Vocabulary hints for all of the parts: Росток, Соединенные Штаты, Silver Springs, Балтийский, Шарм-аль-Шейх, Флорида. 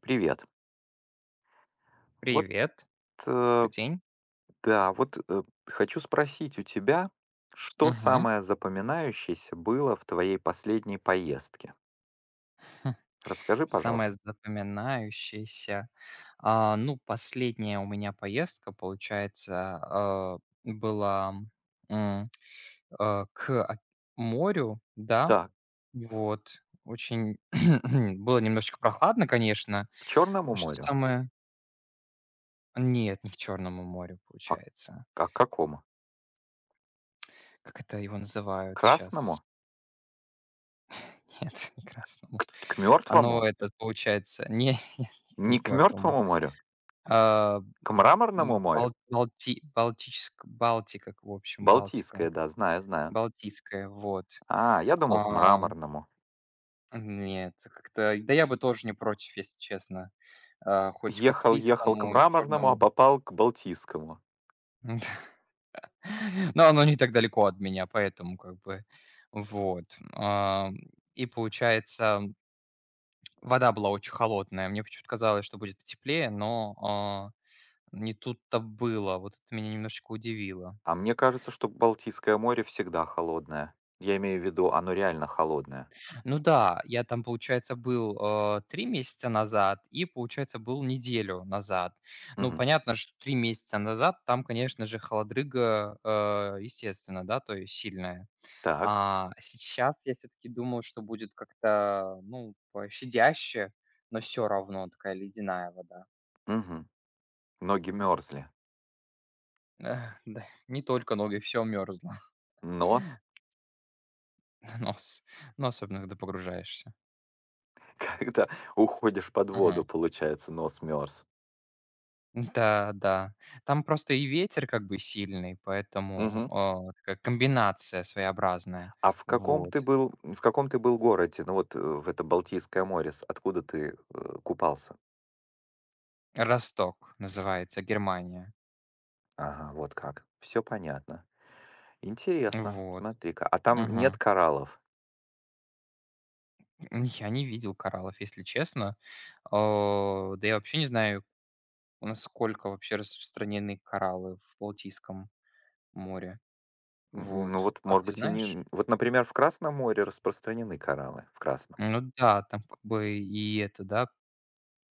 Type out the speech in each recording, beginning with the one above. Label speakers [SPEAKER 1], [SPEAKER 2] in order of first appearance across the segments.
[SPEAKER 1] Привет. Вот,
[SPEAKER 2] Привет,
[SPEAKER 1] э,
[SPEAKER 2] добрый день.
[SPEAKER 1] да, вот хочу спросить у тебя, что
[SPEAKER 2] Мгм.
[SPEAKER 1] самое запоминающееся было в твоей последней поездке?
[SPEAKER 2] Хм.
[SPEAKER 1] Расскажи,
[SPEAKER 2] Самое
[SPEAKER 1] пожалуйста.
[SPEAKER 2] запоминающееся, ну, последняя у меня поездка, получается, была, м, к морю, да,
[SPEAKER 1] Так,
[SPEAKER 2] вот. Очень было немножечко прохладно, конечно.
[SPEAKER 1] к Черному
[SPEAKER 2] А что
[SPEAKER 1] морю?
[SPEAKER 2] самое Нет, не к Черному морю,
[SPEAKER 1] А,
[SPEAKER 2] получается.
[SPEAKER 1] а к какому?
[SPEAKER 2] Как это его
[SPEAKER 1] К
[SPEAKER 2] называют сейчас?
[SPEAKER 1] Красному?
[SPEAKER 2] Нет, не к Красному.
[SPEAKER 1] К
[SPEAKER 2] Оно,
[SPEAKER 1] Мертвому?
[SPEAKER 2] это, получается, не не
[SPEAKER 1] Не
[SPEAKER 2] к
[SPEAKER 1] к
[SPEAKER 2] Мертвому.
[SPEAKER 1] Мертвому морю?
[SPEAKER 2] А
[SPEAKER 1] К Мраморному морю?
[SPEAKER 2] Балтика, в общем, Балтика,
[SPEAKER 1] Балтийское, да, знаю, знаю.
[SPEAKER 2] Балтийская, вот.
[SPEAKER 1] А, я думал к
[SPEAKER 2] А,
[SPEAKER 1] Мраморному.
[SPEAKER 2] нет, как-то да я бы тоже не против, если честно. Хоть
[SPEAKER 1] Ехал, ехал к
[SPEAKER 2] Каспийскому, и
[SPEAKER 1] Мраморному, а
[SPEAKER 2] Черному.
[SPEAKER 1] попал к Балтийскому.
[SPEAKER 2] Но оно не так далеко от меня, поэтому как бы вот. И получается, вода была очень холодная. Мне почему-то казалось, что будет потеплее, но, не тут-то было. Вот это меня немножечко удивило.
[SPEAKER 1] А мне кажется, что Балтийское море всегда холодное. Я имею в виду, оно реально холодное.
[SPEAKER 2] Ну да, я там, получается, был, 3 месяца назад и, получается, был неделю назад. Ну,
[SPEAKER 1] Мгм.
[SPEAKER 2] понятно, что 3 месяца назад там, конечно же, холодрыга, естественно, да, то есть сильная.
[SPEAKER 1] Так.
[SPEAKER 2] А сейчас я все-таки думаю, что будет как-то, ну, щадяще, но все равно такая ледяная вода.
[SPEAKER 1] Мгм. Ноги мерзли.
[SPEAKER 2] Эх, да, не только ноги, все мерзло.
[SPEAKER 1] Нос?
[SPEAKER 2] Нос. Ну, особенно когда погружаешься.
[SPEAKER 1] Когда уходишь под воду,
[SPEAKER 2] Мгм.
[SPEAKER 1] получается, нос мерз.
[SPEAKER 2] Да, да. Там просто и ветер как бы сильный, поэтому,
[SPEAKER 1] Мгм.
[SPEAKER 2] вот такая комбинация своеобразная.
[SPEAKER 1] А
[SPEAKER 2] Вот.
[SPEAKER 1] в каком ты был городе? Ну вот в это Балтийское море, откуда ты купался?
[SPEAKER 2] "Росток" называется, Германия.
[SPEAKER 1] Ага, вот как. Все понятно. Интересно,
[SPEAKER 2] Вот.
[SPEAKER 1] смотри-ка. А там нет
[SPEAKER 2] Ага.
[SPEAKER 1] кораллов?
[SPEAKER 2] Я не видел кораллов, если честно. Да я вообще не знаю, насколько вообще распространены кораллы в Балтийском море.
[SPEAKER 1] Ну
[SPEAKER 2] Вот.
[SPEAKER 1] вот,
[SPEAKER 2] А
[SPEAKER 1] может
[SPEAKER 2] ты
[SPEAKER 1] быть, и
[SPEAKER 2] знаешь?
[SPEAKER 1] не. Вот, например, в Красном море распространены кораллы, в Красном.
[SPEAKER 2] Ну да, там как бы и это, да,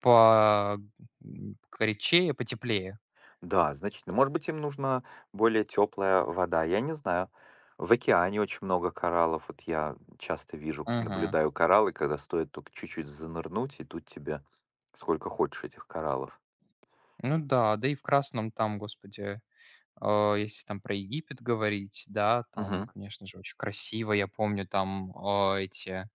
[SPEAKER 2] по горячее, потеплее.
[SPEAKER 1] Да, значительно. Может быть, им нужна более теплая вода, я не знаю. В океане очень много кораллов. Вот я часто вижу,
[SPEAKER 2] Мгм.
[SPEAKER 1] наблюдаю кораллы, когда стоит только чуть-чуть занырнуть, и тут тебе сколько хочешь этих кораллов.
[SPEAKER 2] Ну да, да и в красном там, господи, если там про Египет говорить, да, там,
[SPEAKER 1] Мгм.
[SPEAKER 2] конечно же, очень красиво. Я помню там эти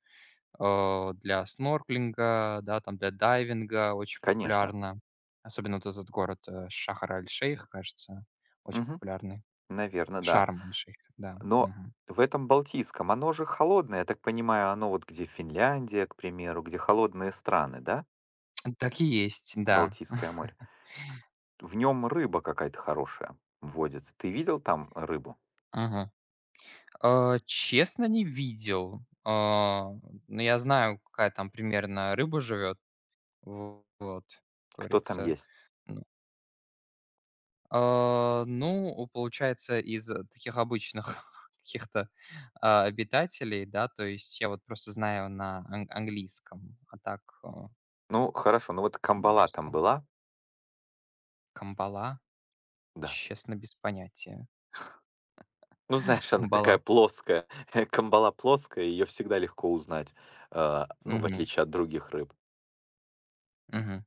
[SPEAKER 2] для снорклинга, да, там для дайвинга очень
[SPEAKER 1] Конечно.
[SPEAKER 2] популярно. Особенно вот этот город Шахар-аль-Шейх, кажется, очень
[SPEAKER 1] Мгм.
[SPEAKER 2] популярный.
[SPEAKER 1] Наверное, да.
[SPEAKER 2] Шарм-аль-Шейх, да.
[SPEAKER 1] Но
[SPEAKER 2] Мгм.
[SPEAKER 1] в этом Балтийском, оно же холодное, я так понимаю, оно вот где Финляндия, к примеру, где холодные страны, да?
[SPEAKER 2] Так и есть, да.
[SPEAKER 1] Балтийское море. В нем рыба какая-то хорошая водится. Ты видел там рыбу?
[SPEAKER 2] Мгм. Честно, не видел. Но я знаю, какая там примерно рыба живет. Вот, как
[SPEAKER 1] Кто там
[SPEAKER 2] говорится.
[SPEAKER 1] есть?
[SPEAKER 2] Ну, ну, получается, из таких обычных каких-то, обитателей, да, то есть я вот просто знаю на ан английском, а так,
[SPEAKER 1] Ну, хорошо, ну вот
[SPEAKER 2] на
[SPEAKER 1] камбала там
[SPEAKER 2] русском
[SPEAKER 1] была?
[SPEAKER 2] камбала,
[SPEAKER 1] Да.
[SPEAKER 2] честно, без понятия.
[SPEAKER 1] Ну, знаешь, она такая
[SPEAKER 2] Камбала.
[SPEAKER 1] плоская. Камбала плоская, ее всегда легко узнать, а, ну, в
[SPEAKER 2] Мгм,
[SPEAKER 1] отличие от других рыб.
[SPEAKER 2] мгм.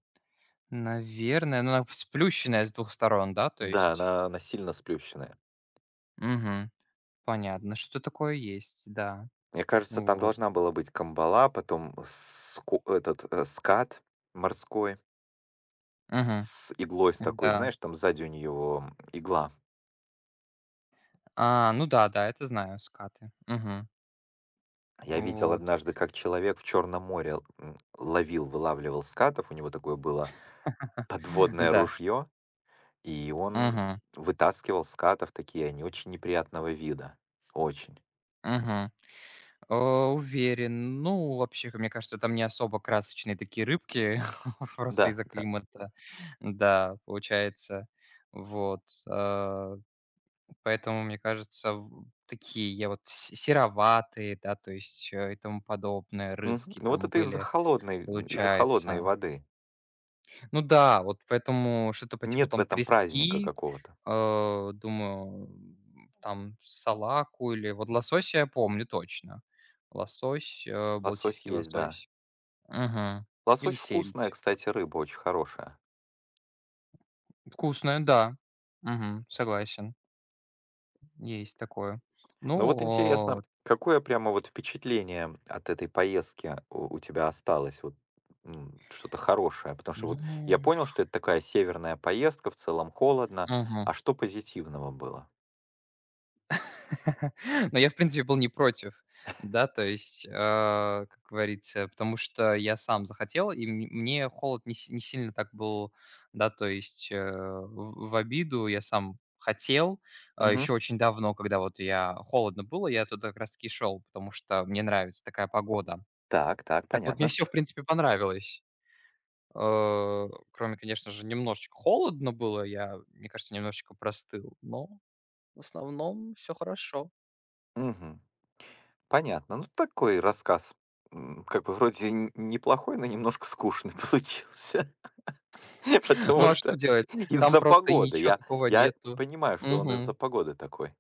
[SPEAKER 2] Наверное, ну, она сплющенная с двух сторон, да, то
[SPEAKER 1] Да,
[SPEAKER 2] есть?
[SPEAKER 1] она сильно сплющенная.
[SPEAKER 2] Мгм. Понятно, что такое есть, да.
[SPEAKER 1] Мне кажется, там
[SPEAKER 2] Вот.
[SPEAKER 1] должна была быть камбала, потом этот скат морской
[SPEAKER 2] Мгм.
[SPEAKER 1] с иглой с такой,
[SPEAKER 2] Да.
[SPEAKER 1] знаешь, там сзади у нее игла.
[SPEAKER 2] Ну да, да, это знаю, скаты. Мгм.
[SPEAKER 1] Я видел
[SPEAKER 2] Вот.
[SPEAKER 1] однажды, как человек в Черном море ловил, вылавливал скатов, у него такое было подводное
[SPEAKER 2] Да.
[SPEAKER 1] ружье. И он
[SPEAKER 2] Мгм.
[SPEAKER 1] вытаскивал скатов, такие они очень неприятного вида. Очень.
[SPEAKER 2] Мгм. Э, Уверен. Ну, вообще, мне кажется, там не особо красочные такие рыбки, просто
[SPEAKER 1] Да,
[SPEAKER 2] из-за
[SPEAKER 1] да.
[SPEAKER 2] климата. Да, получается. Вот. Э, Поэтому, мне кажется, в такие вот с сероватые, да, то есть, и тому подобное
[SPEAKER 1] Мгм.
[SPEAKER 2] рыбки
[SPEAKER 1] Ну вот
[SPEAKER 2] там
[SPEAKER 1] это
[SPEAKER 2] были,
[SPEAKER 1] из-за холодной
[SPEAKER 2] получается.
[SPEAKER 1] воды.
[SPEAKER 2] Ну да, вот поэтому что-то по типу
[SPEAKER 1] Нет в
[SPEAKER 2] там
[SPEAKER 1] этом праздника
[SPEAKER 2] трески.
[SPEAKER 1] какого-то.
[SPEAKER 2] Думаю, там салаку или вот лосось я помню точно. Лосось,
[SPEAKER 1] Лосось
[SPEAKER 2] балтийский
[SPEAKER 1] есть, да.
[SPEAKER 2] лосось. Мгм. Или
[SPEAKER 1] Лосось вкусная,
[SPEAKER 2] сельдь.
[SPEAKER 1] кстати, рыба очень хорошая.
[SPEAKER 2] Вкусная, да. Мгм, согласен. Есть такое.
[SPEAKER 1] Ну вот
[SPEAKER 2] Ну,
[SPEAKER 1] интересно, какое прямо вот впечатление от этой поездки у тебя осталось? Вот что-то хорошее, потому что вот я
[SPEAKER 2] ну,
[SPEAKER 1] понял, что это такая северная поездка, в целом холодно,
[SPEAKER 2] мгм.
[SPEAKER 1] а что позитивного было?
[SPEAKER 2] Но я, в принципе, был не против, да, то есть, как говорится, потому что я сам захотел, и мн мне холод не си не сильно так был, да, то есть, в обиду. Я сам хотел,
[SPEAKER 1] Мгм.
[SPEAKER 2] еще очень давно, когда вот я холодно было, я туда как раз таки шел, потому что мне нравится такая погода.
[SPEAKER 1] Так, так,
[SPEAKER 2] Так вот, мне
[SPEAKER 1] понятно.
[SPEAKER 2] все, в принципе, понравилось. Кроме, конечно же, немножечко холодно было. Я, мне кажется, немножечко простыл, но в основном все хорошо.
[SPEAKER 1] Мгм. Понятно. Ну, такой рассказ, как бы вроде неплохой, но немножко скучный получился.
[SPEAKER 2] Ну,
[SPEAKER 1] Потому
[SPEAKER 2] а что
[SPEAKER 1] что
[SPEAKER 2] делать? Там
[SPEAKER 1] из-за
[SPEAKER 2] просто и
[SPEAKER 1] погоды.
[SPEAKER 2] ничего
[SPEAKER 1] Я,
[SPEAKER 2] такого
[SPEAKER 1] я
[SPEAKER 2] нету.
[SPEAKER 1] понимаю, что он из-за
[SPEAKER 2] Мгм.
[SPEAKER 1] погоды такой.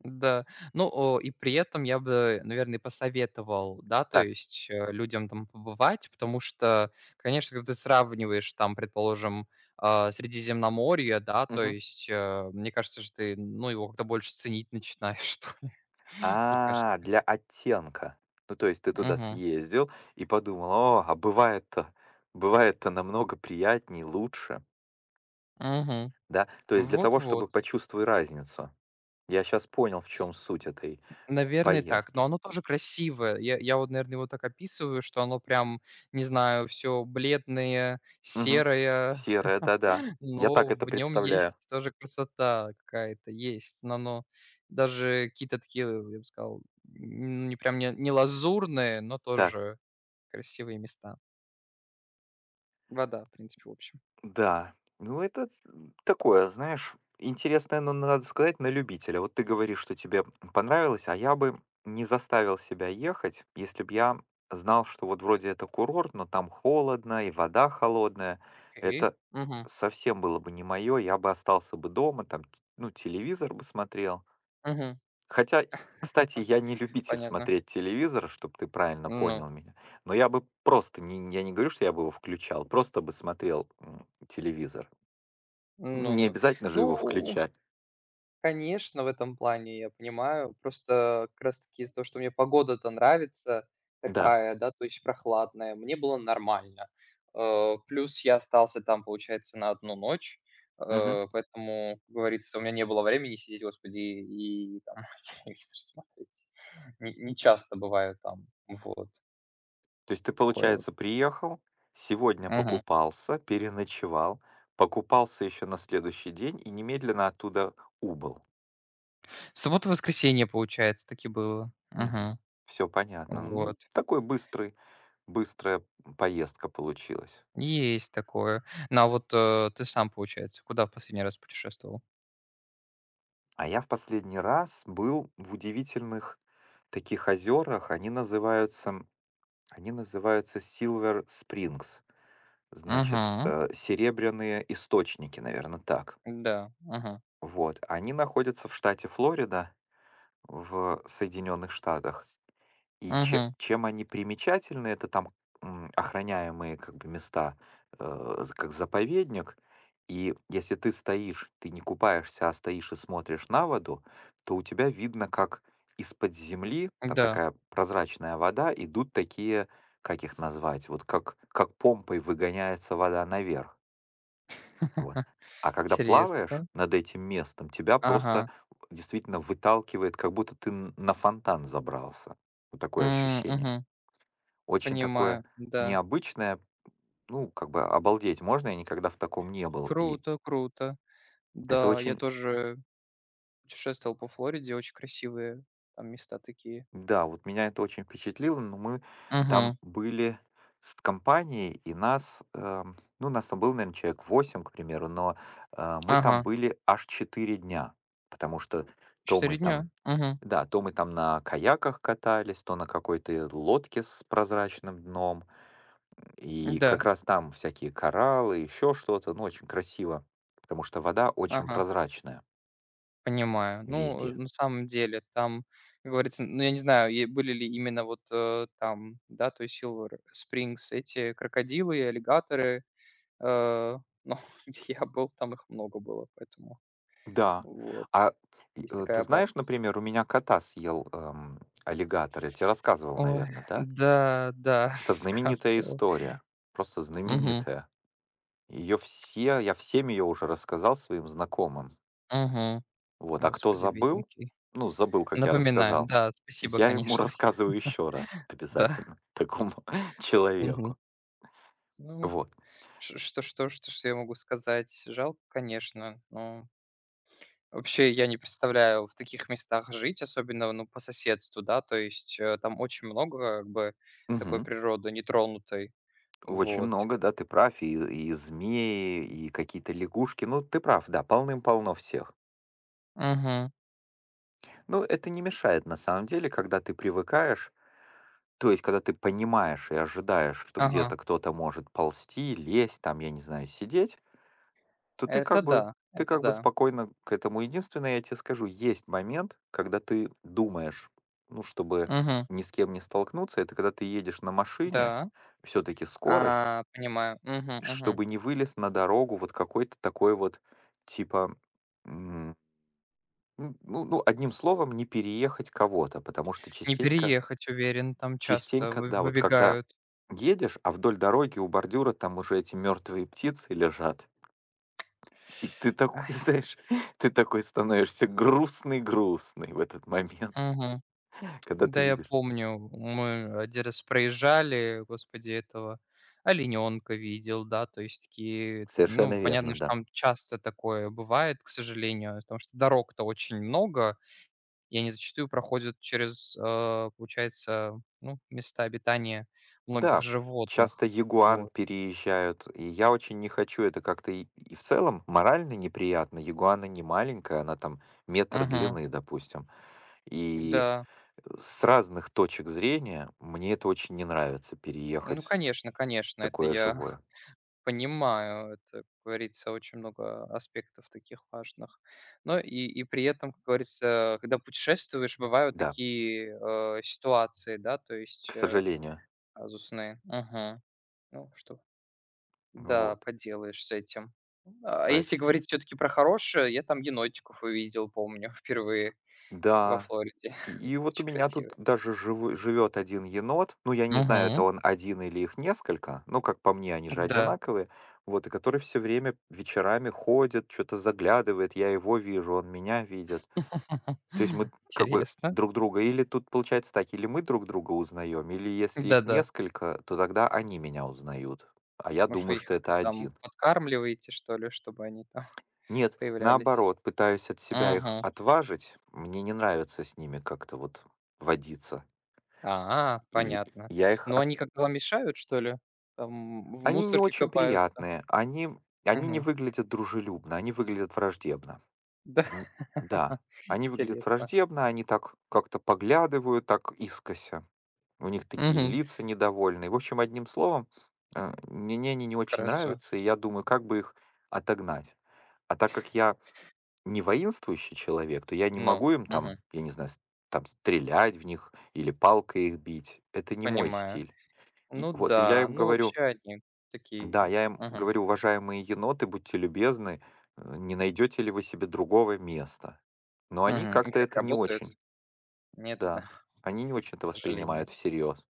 [SPEAKER 2] Да. Ну, и при этом я бы, наверное, посоветовал, да, то
[SPEAKER 1] Так.
[SPEAKER 2] есть, людям там побывать, потому что, конечно, когда ты сравниваешь там, предположим, Средиземноморье, да, то
[SPEAKER 1] Мгм.
[SPEAKER 2] есть, мне кажется, что ты, ну, его как-то больше ценить начинаешь, что ли, мне
[SPEAKER 1] А,
[SPEAKER 2] кажется.
[SPEAKER 1] для оттенка. Ну, то есть ты туда
[SPEAKER 2] Угу,
[SPEAKER 1] съездил и подумал, о, а бывает-то, бывает-то намного приятнее, лучше.
[SPEAKER 2] угу.
[SPEAKER 1] Да? То есть для того,
[SPEAKER 2] Вот-вот.
[SPEAKER 1] чтобы почувствовать разницу. Я сейчас понял, в чем суть этой
[SPEAKER 2] Наверное, так. Но
[SPEAKER 1] поездки.
[SPEAKER 2] оно тоже красивое. Я вот, наверное, его так описываю, что оно прям, не знаю, все бледное,
[SPEAKER 1] Мгм.
[SPEAKER 2] серое,
[SPEAKER 1] Серая, да-да. Я так
[SPEAKER 2] но
[SPEAKER 1] это
[SPEAKER 2] в нем
[SPEAKER 1] представляю.
[SPEAKER 2] есть тоже красота какая-то, есть. Но оно даже какие-то такие, я бы сказал, не прям не лазурные, но
[SPEAKER 1] Так,
[SPEAKER 2] тоже красивые места. Вода, в принципе, в общем.
[SPEAKER 1] да. Ну, это такое, знаешь, интересное, но надо сказать, на любителя. Вот ты говоришь, что тебе понравилось, а я бы не заставил себя ехать, если бы я знал, что вот вроде это курорт, но там холодно и вода холодная.
[SPEAKER 2] Окей.
[SPEAKER 1] Это
[SPEAKER 2] Мгм.
[SPEAKER 1] совсем было бы не мое, я бы остался бы дома, там, ну, телевизор бы смотрел.
[SPEAKER 2] Мгм.
[SPEAKER 1] Хотя, кстати, я не любитель
[SPEAKER 2] Понятно.
[SPEAKER 1] смотреть телевизор, чтобы ты правильно
[SPEAKER 2] Ну,
[SPEAKER 1] понял меня. Но я бы просто, не, я не говорю, что я бы его включал, просто бы смотрел телевизор. Не
[SPEAKER 2] ну-ну.
[SPEAKER 1] обязательно же
[SPEAKER 2] Ну
[SPEAKER 1] его
[SPEAKER 2] Ну,
[SPEAKER 1] включать.
[SPEAKER 2] конечно, в этом плане я понимаю. Просто как раз таки из-за того, что мне погода-то нравится
[SPEAKER 1] Да.
[SPEAKER 2] такая, да, то есть прохладная, мне было нормально. Плюс я остался там, получается, на одну ночь,
[SPEAKER 1] Мгм.
[SPEAKER 2] поэтому, как говорится, у меня не было времени сидеть, господи, и там телевизор смотреть. Не часто бываю там. Вот
[SPEAKER 1] То есть ты,
[SPEAKER 2] такое вот.
[SPEAKER 1] получается, приехал, сегодня
[SPEAKER 2] Мгм.
[SPEAKER 1] покупался, переночевал, покупался еще на следующий день и немедленно оттуда убыл.
[SPEAKER 2] Суббота, воскресенье, получается, таки было. Мгм.
[SPEAKER 1] Все понятно.
[SPEAKER 2] Вот.
[SPEAKER 1] Ну, такой быстрый, быстрая поездка получилась.
[SPEAKER 2] Есть такое. Ну, а вот, ты сам, получается, куда в последний раз путешествовал?
[SPEAKER 1] А я в последний раз был в удивительных таких озерах. Они называются Silver Springs. Значит,
[SPEAKER 2] Мгм.
[SPEAKER 1] серебряные источники, наверное, так.
[SPEAKER 2] Да. Ага.
[SPEAKER 1] Вот. Они находятся в штате Флорида, в Соединенных Штатах. И че
[SPEAKER 2] Мгм.
[SPEAKER 1] чем они примечательны — это там, охраняемые как бы места, э, з как заповедник. И если ты стоишь, ты не купаешься, а стоишь и смотришь на воду, то у тебя видно, как из-под земли, там
[SPEAKER 2] Да.
[SPEAKER 1] такая прозрачная вода, идут такие, как их назвать, вот как помпой выгоняется вода наверх. Вот. А когда плаваешь
[SPEAKER 2] Интересно.
[SPEAKER 1] над этим местом, тебя просто
[SPEAKER 2] Ага.
[SPEAKER 1] действительно выталкивает, как будто ты н на фонтан забрался. Вот такое ощущение.
[SPEAKER 2] Мгм.
[SPEAKER 1] Очень такое
[SPEAKER 2] Понимаю. Да.
[SPEAKER 1] необычное, ну, как бы обалдеть можно, я никогда в таком не был. И
[SPEAKER 2] Круто, круто.
[SPEAKER 1] это
[SPEAKER 2] Да, я
[SPEAKER 1] очень,
[SPEAKER 2] тоже путешествовал по Флориде. Очень красивые там места такие.
[SPEAKER 1] да, вот меня это очень впечатлило, но мы там
[SPEAKER 2] Мгм.
[SPEAKER 1] были с компанией, и нас, ну, нас там было, наверное, человек 8, к примеру, но мы там
[SPEAKER 2] Ага.
[SPEAKER 1] были аж 4 дня, потому что то мы
[SPEAKER 2] 4 дня.
[SPEAKER 1] там
[SPEAKER 2] Мгм.
[SPEAKER 1] да, то мы там на каяках катались, то на какой-то лодке с прозрачным дном. И как
[SPEAKER 2] Да.
[SPEAKER 1] раз там всякие кораллы, еще что-то, ну, очень красиво, потому что вода очень
[SPEAKER 2] Ага.
[SPEAKER 1] прозрачная
[SPEAKER 2] Понимаю. Ну,
[SPEAKER 1] везде.
[SPEAKER 2] на самом деле, там, как говорится, ну, я не знаю, и были ли именно вот, там, да, то есть Silver Springs, эти крокодилы и аллигаторы, но где я был, там их много было, поэтому
[SPEAKER 1] Да.
[SPEAKER 2] вот
[SPEAKER 1] А и,
[SPEAKER 2] есть такая
[SPEAKER 1] ты знаешь,
[SPEAKER 2] опасность.
[SPEAKER 1] например, у меня кота съел аллигатор. Я тебе рассказывал,
[SPEAKER 2] Ой,
[SPEAKER 1] наверное, да?
[SPEAKER 2] да, да,
[SPEAKER 1] Это знаменитая
[SPEAKER 2] сказывал.
[SPEAKER 1] история. Просто
[SPEAKER 2] Угу,
[SPEAKER 1] знаменитая. Ее все, я всем ее уже рассказал своим знакомым.
[SPEAKER 2] угу.
[SPEAKER 1] Вот. А кто
[SPEAKER 2] Господи,
[SPEAKER 1] забыл,
[SPEAKER 2] бедненький.
[SPEAKER 1] ну, забыл, как я
[SPEAKER 2] Напоминаю,
[SPEAKER 1] рассказал,
[SPEAKER 2] да, спасибо,
[SPEAKER 1] я ему
[SPEAKER 2] конечно,
[SPEAKER 1] рассказываю еще раз
[SPEAKER 2] да,
[SPEAKER 1] обязательно, такому
[SPEAKER 2] мгм.
[SPEAKER 1] человеку.
[SPEAKER 2] Ну,
[SPEAKER 1] Вот.
[SPEAKER 2] ш что я могу сказать? Жалко, конечно, но, вообще, я не представляю в таких местах жить, особенно, ну, по соседству, да, то есть, там очень много, как бы, такой
[SPEAKER 1] Мгм.
[SPEAKER 2] природы нетронутой.
[SPEAKER 1] Очень
[SPEAKER 2] Вот.
[SPEAKER 1] много, да, ты прав. И змеи, и какие-то лягушки. Ну, ты прав, да, полным-полно всех.
[SPEAKER 2] Мгм.
[SPEAKER 1] Но это не мешает на самом деле, когда ты привыкаешь, то есть когда ты понимаешь и ожидаешь, что
[SPEAKER 2] Ага.
[SPEAKER 1] где-то кто-то может ползти, лезть, там, я не знаю, сидеть, то
[SPEAKER 2] Это да,
[SPEAKER 1] ты
[SPEAKER 2] это
[SPEAKER 1] как бы
[SPEAKER 2] да.
[SPEAKER 1] спокойно к этому. Единственное, я тебе скажу, есть момент, когда ты думаешь, ну, чтобы
[SPEAKER 2] Мгм.
[SPEAKER 1] ни с кем не столкнуться, это когда ты едешь на машине,
[SPEAKER 2] Да.
[SPEAKER 1] все-таки скорость.
[SPEAKER 2] Понимаю. Мгм, мгм.
[SPEAKER 1] Чтобы не вылез на дорогу вот какой-то такой вот, типа, м, ну ну ну, одним словом, не переехать кого-то, потому что
[SPEAKER 2] Не переехать, уверен, там часто
[SPEAKER 1] частенько,
[SPEAKER 2] вы
[SPEAKER 1] да, вот когда
[SPEAKER 2] выбегают.
[SPEAKER 1] едешь, а вдоль дороги у бордюра там уже эти мертвые птицы лежат, и ты такой,
[SPEAKER 2] Ай.
[SPEAKER 1] знаешь, ты такой становишься грустный-грустный в этот момент,
[SPEAKER 2] Мгм.
[SPEAKER 1] когда
[SPEAKER 2] Да,
[SPEAKER 1] ты
[SPEAKER 2] я
[SPEAKER 1] видишь.
[SPEAKER 2] помню, мы 1 раз проезжали, господи, этого олененка видел, да, то есть такие, т ну,
[SPEAKER 1] Совершенно верно,
[SPEAKER 2] понятно, что
[SPEAKER 1] да.
[SPEAKER 2] там часто такое бывает, к сожалению, потому что дорог-то очень много, и они зачастую проходят через, получается, ну, места обитания многих
[SPEAKER 1] Да, часто
[SPEAKER 2] животных.
[SPEAKER 1] "Ягуан"
[SPEAKER 2] Вот.
[SPEAKER 1] переезжают, и я очень не хочу. Это как-то и в целом морально неприятно. "Ягуан" не маленькая, она там метр
[SPEAKER 2] Мгм.
[SPEAKER 1] длины, допустим. И
[SPEAKER 2] Да.
[SPEAKER 1] с разных точек зрения мне это очень не нравится —
[SPEAKER 2] Ну,
[SPEAKER 1] переехать
[SPEAKER 2] конечно, конечно, это
[SPEAKER 1] такое
[SPEAKER 2] я
[SPEAKER 1] живое.
[SPEAKER 2] понимаю, это, как говорится, очень много аспектов таких важных. Но и при этом, как говорится, когда путешествуешь, бывают
[SPEAKER 1] Да,
[SPEAKER 2] такие, ситуации, да, то
[SPEAKER 1] к
[SPEAKER 2] есть,
[SPEAKER 1] сожалению.
[SPEAKER 2] казусные. Мгм. Ну, что да,
[SPEAKER 1] Вот.
[SPEAKER 2] поделаешь с этим. А
[SPEAKER 1] Поэ
[SPEAKER 2] если говорить все таки про хорошее, я там енотиков увидел, помню, впервые во
[SPEAKER 1] Да.
[SPEAKER 2] Флориде.
[SPEAKER 1] И и вот у
[SPEAKER 2] Очень
[SPEAKER 1] меня тут
[SPEAKER 2] красивые.
[SPEAKER 1] даже живу живет один енот. Ну, я не знаю, это
[SPEAKER 2] Мгм.
[SPEAKER 1] он один или их несколько, но, как по мне, они же
[SPEAKER 2] Да.
[SPEAKER 1] одинаковые. Вот, и который все время вечерами ходит, что то заглядывает. Я его вижу, он меня видит. То есть мы как бы
[SPEAKER 2] Интересно.
[SPEAKER 1] друг друга или тут получается так, или мы друг друга узнаем, или если их
[SPEAKER 2] Да-да.
[SPEAKER 1] несколько, то тогда они меня узнают, а я
[SPEAKER 2] Может,
[SPEAKER 1] думаю,
[SPEAKER 2] вы их
[SPEAKER 1] что это
[SPEAKER 2] как-то там
[SPEAKER 1] один.
[SPEAKER 2] подкармливаете, что ли, чтобы они там
[SPEAKER 1] Нет,
[SPEAKER 2] появлялись.
[SPEAKER 1] наоборот, пытаюсь от себя их
[SPEAKER 2] Мгм.
[SPEAKER 1] отважить. Мне не нравится с ними как-то вот водиться. И
[SPEAKER 2] Понятно.
[SPEAKER 1] я их.
[SPEAKER 2] Но они как-то вам мешают, что ли? Там в
[SPEAKER 1] Они не
[SPEAKER 2] мусорке
[SPEAKER 1] очень
[SPEAKER 2] копаются?
[SPEAKER 1] приятные, они не
[SPEAKER 2] Мгм.
[SPEAKER 1] выглядят дружелюбно, они выглядят враждебно.
[SPEAKER 2] Да.
[SPEAKER 1] М, да, они выглядят
[SPEAKER 2] Интересно.
[SPEAKER 1] враждебно, они так как-то поглядывают, так искося. У них такие
[SPEAKER 2] Мгм.
[SPEAKER 1] лица недовольные. В общем, одним словом, мне они не очень
[SPEAKER 2] Хорошо.
[SPEAKER 1] нравятся, и я думаю, как бы их отогнать. А так как я не воинствующий человек, то я не
[SPEAKER 2] Ну,
[SPEAKER 1] могу им там,
[SPEAKER 2] мгм.
[SPEAKER 1] я не знаю, там стрелять в них или палкой их бить. Это не мой
[SPEAKER 2] Понимаю.
[SPEAKER 1] стиль. И
[SPEAKER 2] Ну
[SPEAKER 1] вот, и я
[SPEAKER 2] да,
[SPEAKER 1] им
[SPEAKER 2] ну
[SPEAKER 1] говорю,
[SPEAKER 2] вообще они
[SPEAKER 1] да,
[SPEAKER 2] такие.
[SPEAKER 1] я им
[SPEAKER 2] Мгм.
[SPEAKER 1] говорю: "Уважаемые еноты, будьте любезны, не найдете ли вы себе другого места?" Но они
[SPEAKER 2] Мгм. И
[SPEAKER 1] как-то
[SPEAKER 2] как
[SPEAKER 1] это не
[SPEAKER 2] работают?
[SPEAKER 1] очень,
[SPEAKER 2] Нет, да,
[SPEAKER 1] да, они не очень
[SPEAKER 2] к
[SPEAKER 1] это
[SPEAKER 2] сожалению.
[SPEAKER 1] воспринимают всерьез,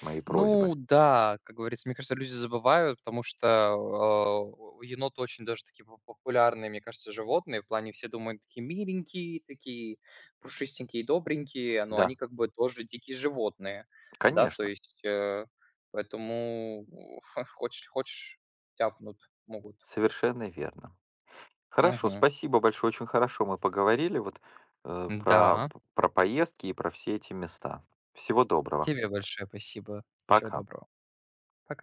[SPEAKER 1] мои просьбы.
[SPEAKER 2] Ну да, как говорится, мне кажется, люди забывают, потому что, а, у еноты очень даже такие по популярные, мне кажется, животные. В плане все думают, такие миленькие, такие пушистенькие, и добренькие, но
[SPEAKER 1] Да,
[SPEAKER 2] они как бы тоже дикие животные. Да, то
[SPEAKER 1] конечно,
[SPEAKER 2] есть, поэтому хочешь хочешь- тяпнут могут.
[SPEAKER 1] совершенно верно. Хорошо,
[SPEAKER 2] Мгм.
[SPEAKER 1] спасибо большое, очень хорошо мы поговорили вот, э, про
[SPEAKER 2] Да,
[SPEAKER 1] про поездки и про все эти места. Всего доброго.
[SPEAKER 2] тебе большое спасибо. Всего
[SPEAKER 1] Пока.
[SPEAKER 2] доброго. Пока.